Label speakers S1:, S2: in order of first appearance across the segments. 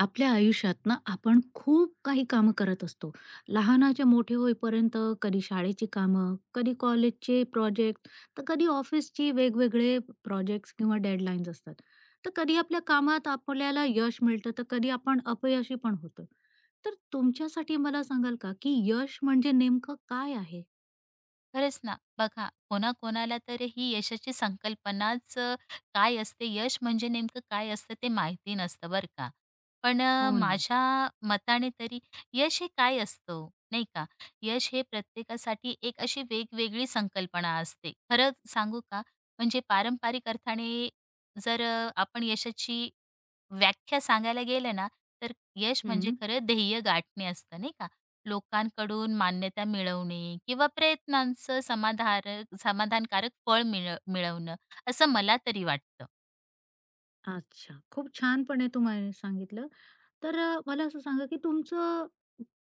S1: आपल्या आयुष्यात ना आपण खूप काही कामं करत असतो. लहानाचे मोठे होईपर्यंत कधी शाळेची कामं, कधी कॉलेजचे प्रोजेक्ट, तर कधी ऑफिसचे वेगवेगळे प्रोजेक्ट्स किंवा डेडलाईन्स असतात. तर कधी आपल्या कामात आपल्याला यश मिळतं, तर कधी आपण अपयशी पण होतो. तर तुमच्यासाठी मला सांगाल का, की यश म्हणजे नेमकं काय आहे?
S2: खरंच ना. बघा कोणाकोणाला तर ही यशाची संकल्पनाच काय असते, यश म्हणजे नेमकं काय असतं ते माहिती नसतं बरं का. पण
S1: हो ना.
S2: माझ्या मताने तरी यश हे काय असतं ओ? नाही का. यश हे प्रत्येकासाठी एक अशी वेगवेगळी संकल्पना असते. खरं सांगू का म्हणजे पारंपरिक अर्थाने जर आपण यशाची व्याख्या सांगायला गेलं ना, तर यश म्हणजे
S1: हं.
S2: खरं ध्येय गाठणे असतं नाही का? लोकांकडून मान्यता मिळवणे किंवा प्रयत्नांचं समाधानकारक फळ मिळवणं, असं मला तरी वाटतं.
S1: अच्छा. खूप छानपणे तुम्हाला सांगितलं. मला असं सांगा, की तुमचं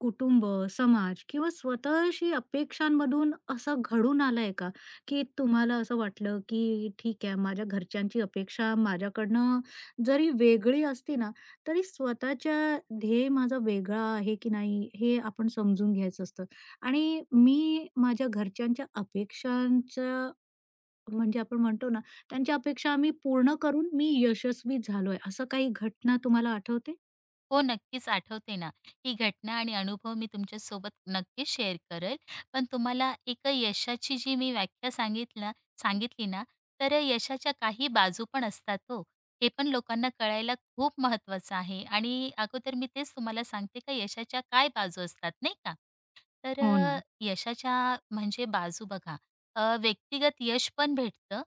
S1: कुटुंब, समाज किंवा स्वतःशी अपेक्षांमधून असं घडून आलंय का? की तुम्हाला असं वाटलं, की ठीक आहे माझ्या घरच्यांची अपेक्षा माझ्याकडनं जरी वेगळी असती ना, तरी स्वतःच्या ध्येय माझा वेगळा आहे की नाही हे आपण समजून घ्यायचं असतं. आणि मी माझ्या घरच्यांच्या अपेक्षांच्या म्हणजे आपण म्हणतो ना, त्यांच्या अपेक्षा आम्ही पूर्ण करून मी यशस्वी झालोय, असं काही घटना तुम्हाला आठवते?
S2: हो, नक्कीच आठवते ना. ही घटना आणि अनुभव मी तुमच्यासोबत नक्कीच शेअर करेल. पण तुम्हाला एक यशाची जी मी व्याख्या सांगितली ना, तर यशाच्या काही बाजू पण असतात हो. हे पण लोकांना कळायला खूप महत्त्वाचं आहे आणि अगोदर मी तेच तुम्हाला सांगते, का यशाच्या काय बाजू असतात, नाही का? तर
S1: हो ना.
S2: यशाच्या म्हणजे बाजू बघा व्यक्तिगत यश पण भेटतं.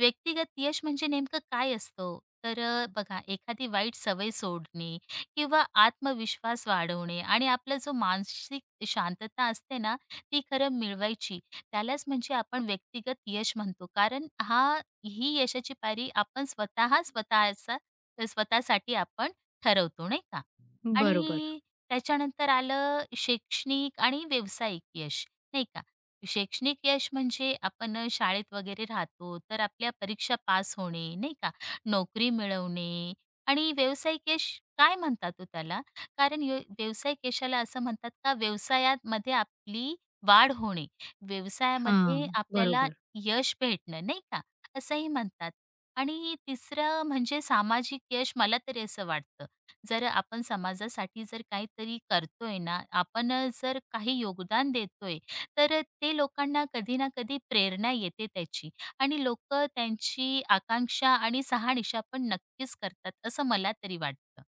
S2: व्यक्तिगत यश म्हणजे नेमकं काय असतं? तर बघा एखादी वाईट सवय सोडणे किंवा आत्मविश्वास वाढवणे आणि आपला जो मानसिक शांतता असते ना, ती खरं मिळवायची. त्यालाच म्हणजे आपण व्यक्तिगत यश म्हणतो. कारण हा ही यशाची पायरी आपण स्वतःचा स्वतःसाठी आपण ठरवतो, नाही का?
S1: बरोबर.
S2: आणि त्याच्यानंतर आलं शैक्षणिक आणि व्यावसायिक यश, नाही का. शैक्षणिक यश म्हणजे आपण शाळेत वगैरे राहतो, तर आपल्या परीक्षा पास होणे, नाही का, नोकरी मिळवणे आणि व्यावसायिक यश काय म्हणतात हो त्याला? कारण यो व्यावसायिक यशाला असं म्हणतात का व्यवसायामध्ये आपली वाढ होणे, व्यवसायामध्ये
S1: हां,
S2: आपल्याला
S1: बरोबर.
S2: यश भेटणं, नाही का, असंही म्हणतात. आणि तिसरं म्हणजे सामाजिक यश मला तरी असं वाटतं. जर आपण समाजासाठी जर काहीतरी करतोय ना, आपण जर काही योगदान देतोय, तर ते लोकांना कधी ना कधी प्रेरणा येते त्याची आणि लोक त्यांची आकांक्षा आणि शहानिशा पण नक्कीच करतात, असं मला तरी वाटतं.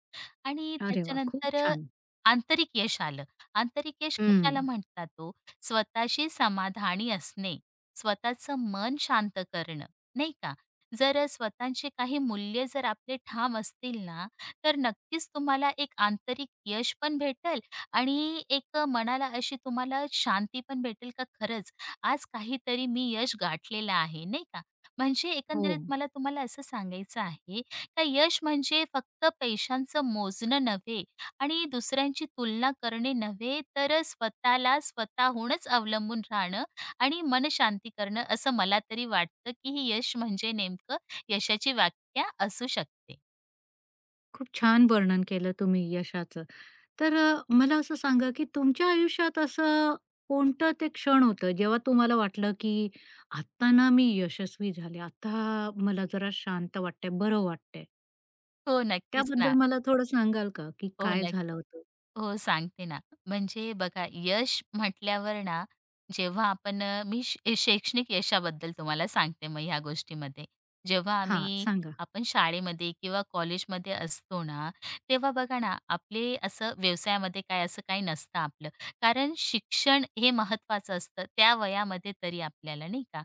S2: आणि
S1: अरे वाह! खूप
S2: त्याच्यानंतर
S1: छान.
S2: आंतरिक यश आलं. आंतरिक यश
S1: हं.
S2: कशाला म्हणतात ओ? स्वतःशी समाधानी असणे, स्वतःचं मन शांत करणं, नाही का? जर स्वतःचे काही मूल्य जर आपले ठाम असतील ना, तर नक्कीच तुम्हाला एक आंतरिक यश पण भेटेल आणि एक मनाला अशी तुम्हाला शांती पण भेटेल का खरंच आज काहीतरी मी यश गाठलेलं आहे, नाही का? म्हणजे
S1: हो.
S2: एकंदरीत मला तुम्हाला असं सांगायचं आहे तर यश म्हणजे फक्त पैशांचं मोजणं नव्हे आणि दुसऱ्यांची तुलना करणे नव्हे, तर स्वतःला स्वतःहूनच अवलंबून राहणं आणि मनशांती करणं, असं मला तरी वाटतं, की ही यश म्हणजे नेमकं यशाची व्याख्या असू शकते.
S1: खूप छान वर्णन केलं तुम्ही यशाचं. मला असं सांगा, की तुमच्या आयुष्यात असं कोणतं ते क्षण होतं, जेव्हा तुम्हाला वाटलं, की "आत्ता ना मी यशस्वी झाले. आता मला जरा शांत वाटतंय, बरं वाटतंय."
S2: हो, नक्कीच ना.
S1: त्याबद्दल मला थोडं सांगाल का, की
S2: हो,
S1: काय
S2: नक्की.
S1: झालं होतं?
S2: हो, सांगते ना. म्हणजे बघा, यश म्हटल्यावर ना, जेव्हा आपण मी शैक्षणिक यशाबद्दल तुम्हाला सांगते मग ह्या गोष्टीमध्ये. जेव्हा
S1: हां,
S2: आम्ही
S1: सांगा.
S2: आपण शाळेमध्ये किंवा कॉलेजमध्ये असतो ना, तेव्हा बघा ना, आपले असं व्यवसायामध्ये काय असं काही नसतं आपलं. कारण शिक्षण हे महत्त्वाचं असतं त्या वयामध्ये तरी आपल्याला, नाही का?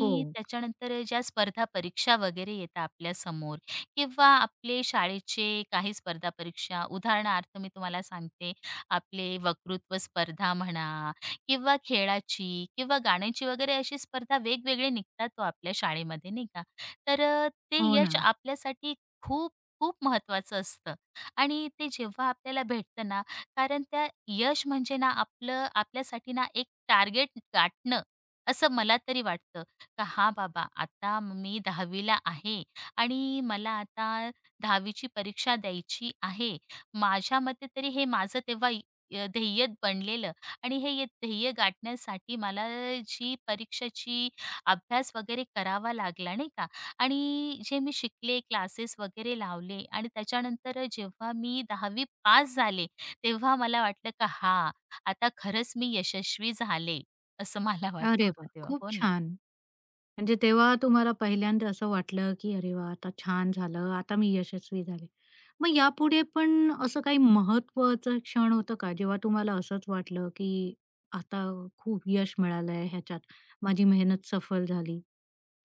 S1: हो.
S2: त्याच्यानंतर ज्या स्पर्धा परीक्षा वगैरे येतात आपल्यासमोर, किंवा आपले शाळेचे काही स्पर्धा परीक्षा उदाहरणार्थ मी तुम्हाला सांगते आपले वक्तृत्व स्पर्धा म्हणा किंवा खेळाची किंवा गाण्यांची वगैरे अशी स्पर्धा वेगवेगळे निघतात तो आपल्या शाळेमध्ये नाही का तर ते
S1: हो ना.
S2: यश आपल्यासाठी खूप खूप महत्वाचं असतं आणि ते जेव्हा आपल्याला भेटतं ना कारण त्या यश म्हणजे ना आपलं आपल्यासाठी ना एक टार्गेट गाठणं असं मला तरी वाटतं का हा बाबा आता मी दहावीला आहे आणि मला आता 10वी ची परीक्षा द्यायची आहे. माझ्या मते तरी हे माझं तेव्हा ध्येय बनलेलं आणि हे ध्येय गाठण्यासाठी मला जी परीक्षेची अभ्यास वगैरे करावा लागला, नाही का? आणि जे मी शिकले, क्लासेस वगैरे लावले आणि त्याच्यानंतर जेव्हा मी 10वी पास झाले, तेव्हा मला वाटलं का हां, आता खरंच मी यशस्वी झाले, असं मला वाटत
S1: अरे
S2: होतं
S1: वाह!
S2: तेव्हा.
S1: खूप
S2: हो ना.
S1: छान. म्हणजे तेव्हा तुम्हाला पहिल्यांदा असं वाटलं, की "अरे वा आता छान झालं. आता मी यशस्वी झाले." मग यापुढे पण असं काही महत्त्वाचं क्षण होतं का, जेव्हा तुम्हाला असंच वाटलं, की आता खूप यश मिळालंय ह्याच्यात, माझी मेहनत सफल झाली?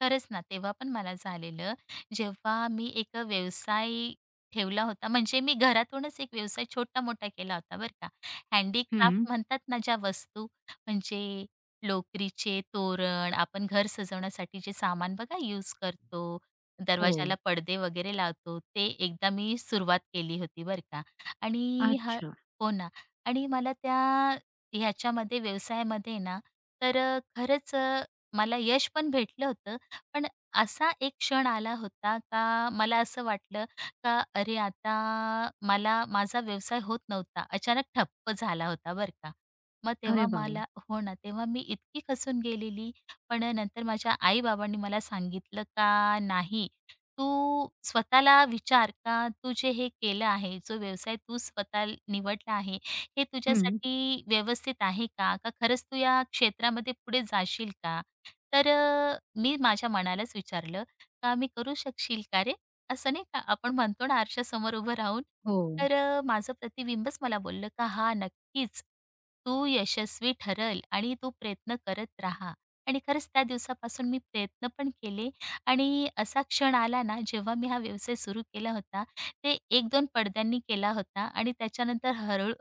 S2: खरंच ना, तेव्हा पण मला झालेलं. जेव्हा मी एक व्यवसाय ठेवला होता, म्हणजे मी घरातूनच एक व्यवसाय छोटा-मोठा केला होता बरं का.
S1: हं.
S2: हँडीक्राफ्ट म्हणतात ना ज्या वस्तू, म्हणजे लोकरीचे तोरण, आपण घर सजवण्यासाठी जे सामान बघा यूज करतो,
S1: हो.
S2: दरवाजाला पडदे वगैरे लावतो, ते एकदा मी सुरुवात केली होती बरं का. आणि ह
S1: अच्छा.
S2: हो ना. आणि मला त्या ह्याच्यामध्ये व्यवसायामध्ये ना, तर खरंच मला यश पण भेटलं होतं पण असा एक क्षण आला होता का मला असं वाटलं का अरे आता मला माझा व्यवसाय होत नव्हता. अचानक ठप्प झाला होता बरं का. मग तेव्हा
S1: अरे बाबा!
S2: मला हो ना, तेव्हा मी इतकी खचून गेलेली. पण नंतर माझ्या आई-बाबांनी मला सांगितलं का नाही, तू स्वतःला विचार का तू जे हे केलं आहे, जो व्यवसाय तू स्वतः निवडला आहे, हे
S1: हं.
S2: तुझ्यासाठी व्यवस्थित आहे का? का खरंच तू या क्षेत्रामध्ये पुढे जाशील का? तर मी माझ्या मनालाच विचारलं, का "मी करू शकशील का रे?" असं नाही का आपण म्हणतो ना आरशासमोर उभं राहून.
S1: हो.
S2: तर माझं प्रतिबिंबच मला बोललं का हा नक्कीच. तू यशस्वी ठरल आणि तू प्रयत्न करत राहा." आणि खरंच त्या दिवसापासून मी प्रयत्न पण केले आणि असा क्षण आला ना, जेव्हा मी हा व्यवसाय सुरू केला होता, ते 1-2 पडद्यांनी केला होता आणि त्याच्यानंतर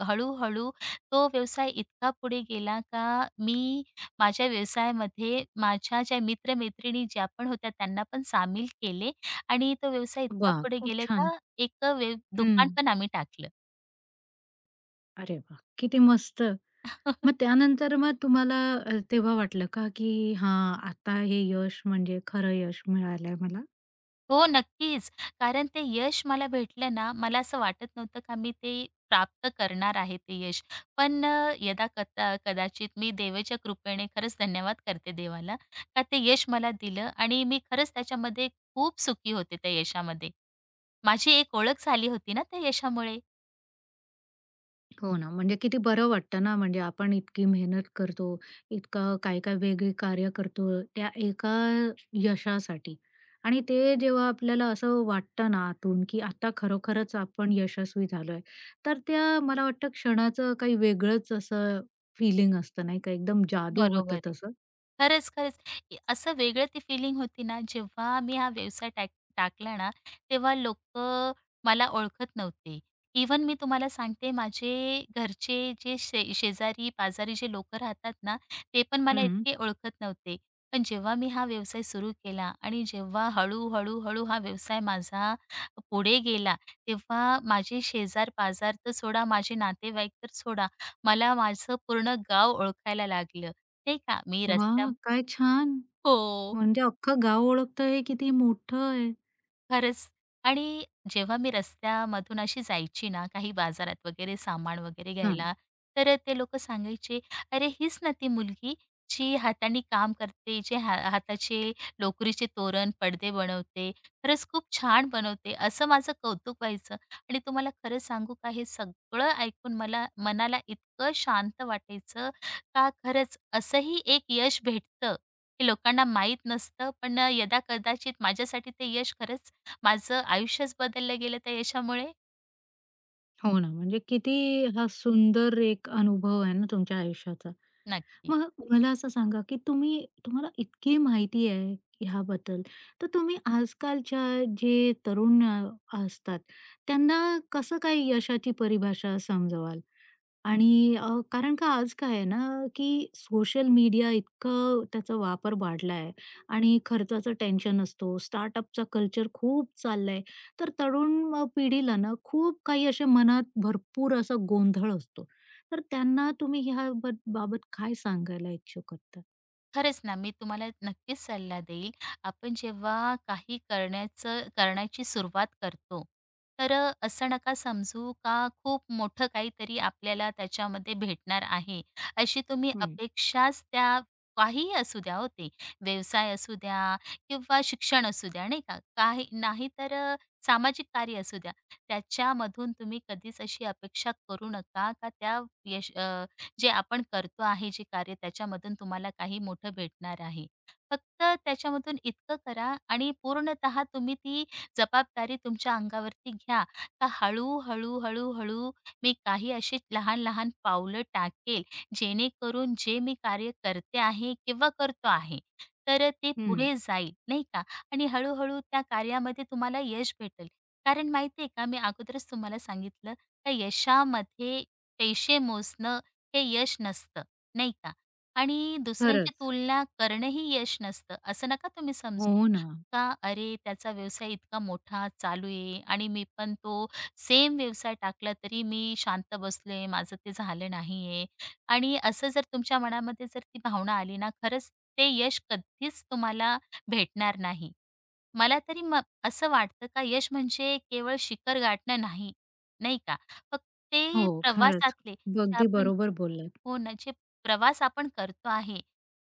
S2: हळू हळू तो व्यवसाय इतका पुढे गेला का मी माझ्या व्यवसायामध्ये माझ्या ज्या मित्र-मैत्रिणी ज्या पण होत्या त्यांना पण सामील केले आणि तो व्यवसाय इतका
S1: वाह!
S2: पुढे
S1: खूप
S2: गेले
S1: छान.
S2: का एक दुकान
S1: हं.
S2: पण आम्ही टाकलं.
S1: अरे वाह! किती मस्त. मग त्यानंतर मग तुम्हाला तेव्हा वाटलं का, की हां, आता हे यश म्हणजे खरं यश मिळालंय मला?
S2: हो, नक्कीच. कारण ते यश मला भेटलं ना, मला असं वाटत नव्हतं का मी ते प्राप्त करणार आहे ते यश. पण यदा कदाचित मी देवाच्या कृपेने खरंच धन्यवाद करते देवाला का ते यश मला दिलं आणि मी खरंच त्याच्यामध्ये खूप सुखी होते त्या यशामध्ये. माझी एक ओळख झाली होती ना त्या यशामुळे.
S1: हो ना, म्हणजे किती बरं वाटतं ना, म्हणजे आपण इतकी मेहनत करतो, इतकं काय-काय वेगळी कार्य करतो त्या एका यशासाठी आणि ते जेव्हा आपल्याला असं वाटतं ना आतून, की आता खरोखरच आपण यशस्वी झालोय, तर त्या मला वाटतं क्षणाचं काही वेगळंच असं फीलिंग असतं नाही का, एकदम जादू
S2: बरोबर
S1: होतं
S2: आहे.
S1: तसं.
S2: खरंच, खरंच. ए असं वेगळं ती फीलिंग होती ना, जेव्हा मी हा व्यवसाय टाकला ना, तेव्हा लोकं मला ओळखत नव्हते. इव्हन मी तुम्हाला सांगते माझे घरचे जे शेजारी-पाजारी जे लोकं राहतात ना, ते पण मला
S1: हं.
S2: इतके ओळखत नव्हते. पण जेव्हा मी हा व्यवसाय सुरू केला आणि जेव्हा हळू हळू हा व्यवसाय माझा पुढे गेला, तेव्हा माझे शेजार-पाजार तर सोडा, माझे नातेवाईक तर सोडा, मला माझं पूर्ण गाव ओळखायला लागलं. नाही का? मी रस्त्या
S1: वाह! काय छान!
S2: हो.
S1: म्हणजे अख्खं गाव ओळखतं हे किती मोठं आहे.
S2: खरंच. आणि जेव्हा मी रस्त्यामधून अशी जायची ना, काही बाजारात वगैरे सामान वगैरे
S1: हं.
S2: घ्यायला, तर ते लोक सांगायचे, "अरे, हीच ना ती मुलगी जी हाताने काम करते, जे हाताचे लोकरीचे तोरण, पडदे बनवते. खरंच खूप छान बनवते." असं माझं कौतुक व्हायचं. आणि तुम्हाला खरं सांगू का, हे सगळं ऐकून मला मनाला इतकं शांत वाटायचं का, खरंच असंही एक यश भेटतं. हे लोकांना माहीत नसतं, पण यदाकदाचित माझ्यासाठी ते यश खरंच माझं आयुष्यच बदललं गेलं त्या यशामुळे?
S1: हो ना. म्हणजे किती हा सुंदर एक अनुभव आहे ना तुमच्या आयुष्याचा.
S2: नक्की.
S1: मग मला असं सांगा, की तुम्ही तुम्हाला इतकी माहिती आहे ह्याबद्दल, तर तुम्ही आजकालच्या जे तरुण असतात, त्यांना कसं काय यशाची परिभाषा समजवाल? आणि अ, कारण का आज काय आहे ना, की सोशल मीडिया इतकं त्याचा वापर वाढला आहे आणि खर्चाचं टेन्शन असतो, स्टार्टअपचा कल्चर खूप चाललाय. तर तरुण पिढीला ना खूप काही असे मनात भरपूर असा गोंधळ असतो. तर त्यांना तुम्ही ह्या बाबत काय सांगायला इच्छुक आहात?
S2: खरंच ना, मी तुम्हाला नक्कीच सल्ला देईल. आपण जेव्हा काही करण्याची सुरुवात करतो, तर असं नका समजू का खूप मोठं काहीतरी आपल्याला त्याच्यामध्ये भेटणार आहे. अशी तुम्ही
S1: हं,
S2: अपेक्षाच त्या काहीही असू द्या हो व्यवसाय असू द्या किंवा शिक्षण असू द्या नाही का? काही नाहीतर सामाजिक कार्य असू द्या. त्याच्यामधून तुम्ही कधीच अशी अपेक्षा करू नका का त्या यश जे आपण करतो आहे जे कार्य त्याच्यामधून तुम्हाला काही मोठं भेटणार आहे. फक्त त्याच्यामधून इतकं करा आणि पूर्णतः तुम्ही ती जबाबदारी तुमच्या अंगावरती घ्या, का हळू-हळू, हळूहळू मी काही अशी लहान-लहान पावलं टाकेल, जेणेकरून जे मी कार्य करते आहे किंवा करतो आहे, तर ते
S1: हं.
S2: पुढे जाईल, नाही का? आणि हळू-हळू त्या कार्यामध्ये तुम्हाला यश भेटेल. कारण माहिती आहे का, मी अगोदरच तुम्हाला सांगितलं, का यशामध्ये पैसे मोजणं हे यश नसतं, नाही का? आणि दुसऱ्यांची
S1: खरंच.
S2: तुलना करणंही यश नसतं, असं नका तुम्ही समजू
S1: हो ना.
S2: का "अरे, त्याचा व्यवसाय इतका मोठा चालू आहे आणि मी पण तो सेम व्यवसाय टाकला तरी मी शांत बसले, माझं ते झालं नाहीये." आणि असं जर तुमच्या मनामध्ये जर ती भावना आली ना, खरंच ते यश कधीच तुम्हाला भेटणार नाही. मला तरी असं वाटतं का यश म्हणजे केवळ शिखर गाठणं नाही, नाही का? फक्त
S1: हो,
S2: ते
S1: खरंच.
S2: प्रवासातले जे
S1: अगदी
S2: आपण
S1: बरोबर बोललात.
S2: हो ना, जे प्रवास आपण करतो आहे,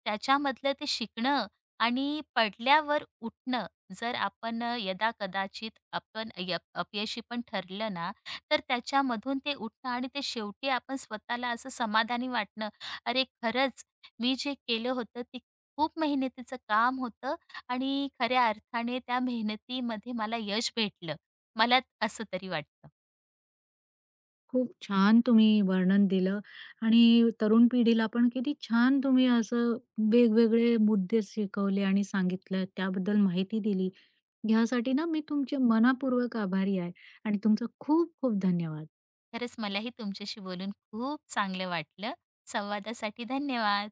S2: त्याच्यामधलं ते शिकणं आणि पडल्यावर उठणं. जर आपण यदा-कदाचित आपण अपयशी पण ठरलं ना, तर त्याच्यामधून ते उठणं आणि ते शेवटी आपण स्वतःला असं समाधानी वाटणं, "अरे, खरंच मी जे केलं होतं ते खूप मेहनतीचं काम होतं आणि खऱ्या अर्थाने त्या मेहनतीमध्ये मला यश भेटलं." मला असं तरी वाटतं.
S1: खूप छान तुम्ही वर्णन दिलं आणि तरुण पिढीला पण किती छान तुम्ही असं वेगवेगळे मुद्दे शिकवले आणि सांगितलं, त्याबद्दल माहिती दिली. ह्यासाठी ना मी तुमचे मनःपूर्वक आभारी आहे आणि तुमचा खूप खूप धन्यवाद.
S2: खरंच मलाही तुमच्याशी बोलून खूप चांगलं वाटलं. संवादासाठी धन्यवाद.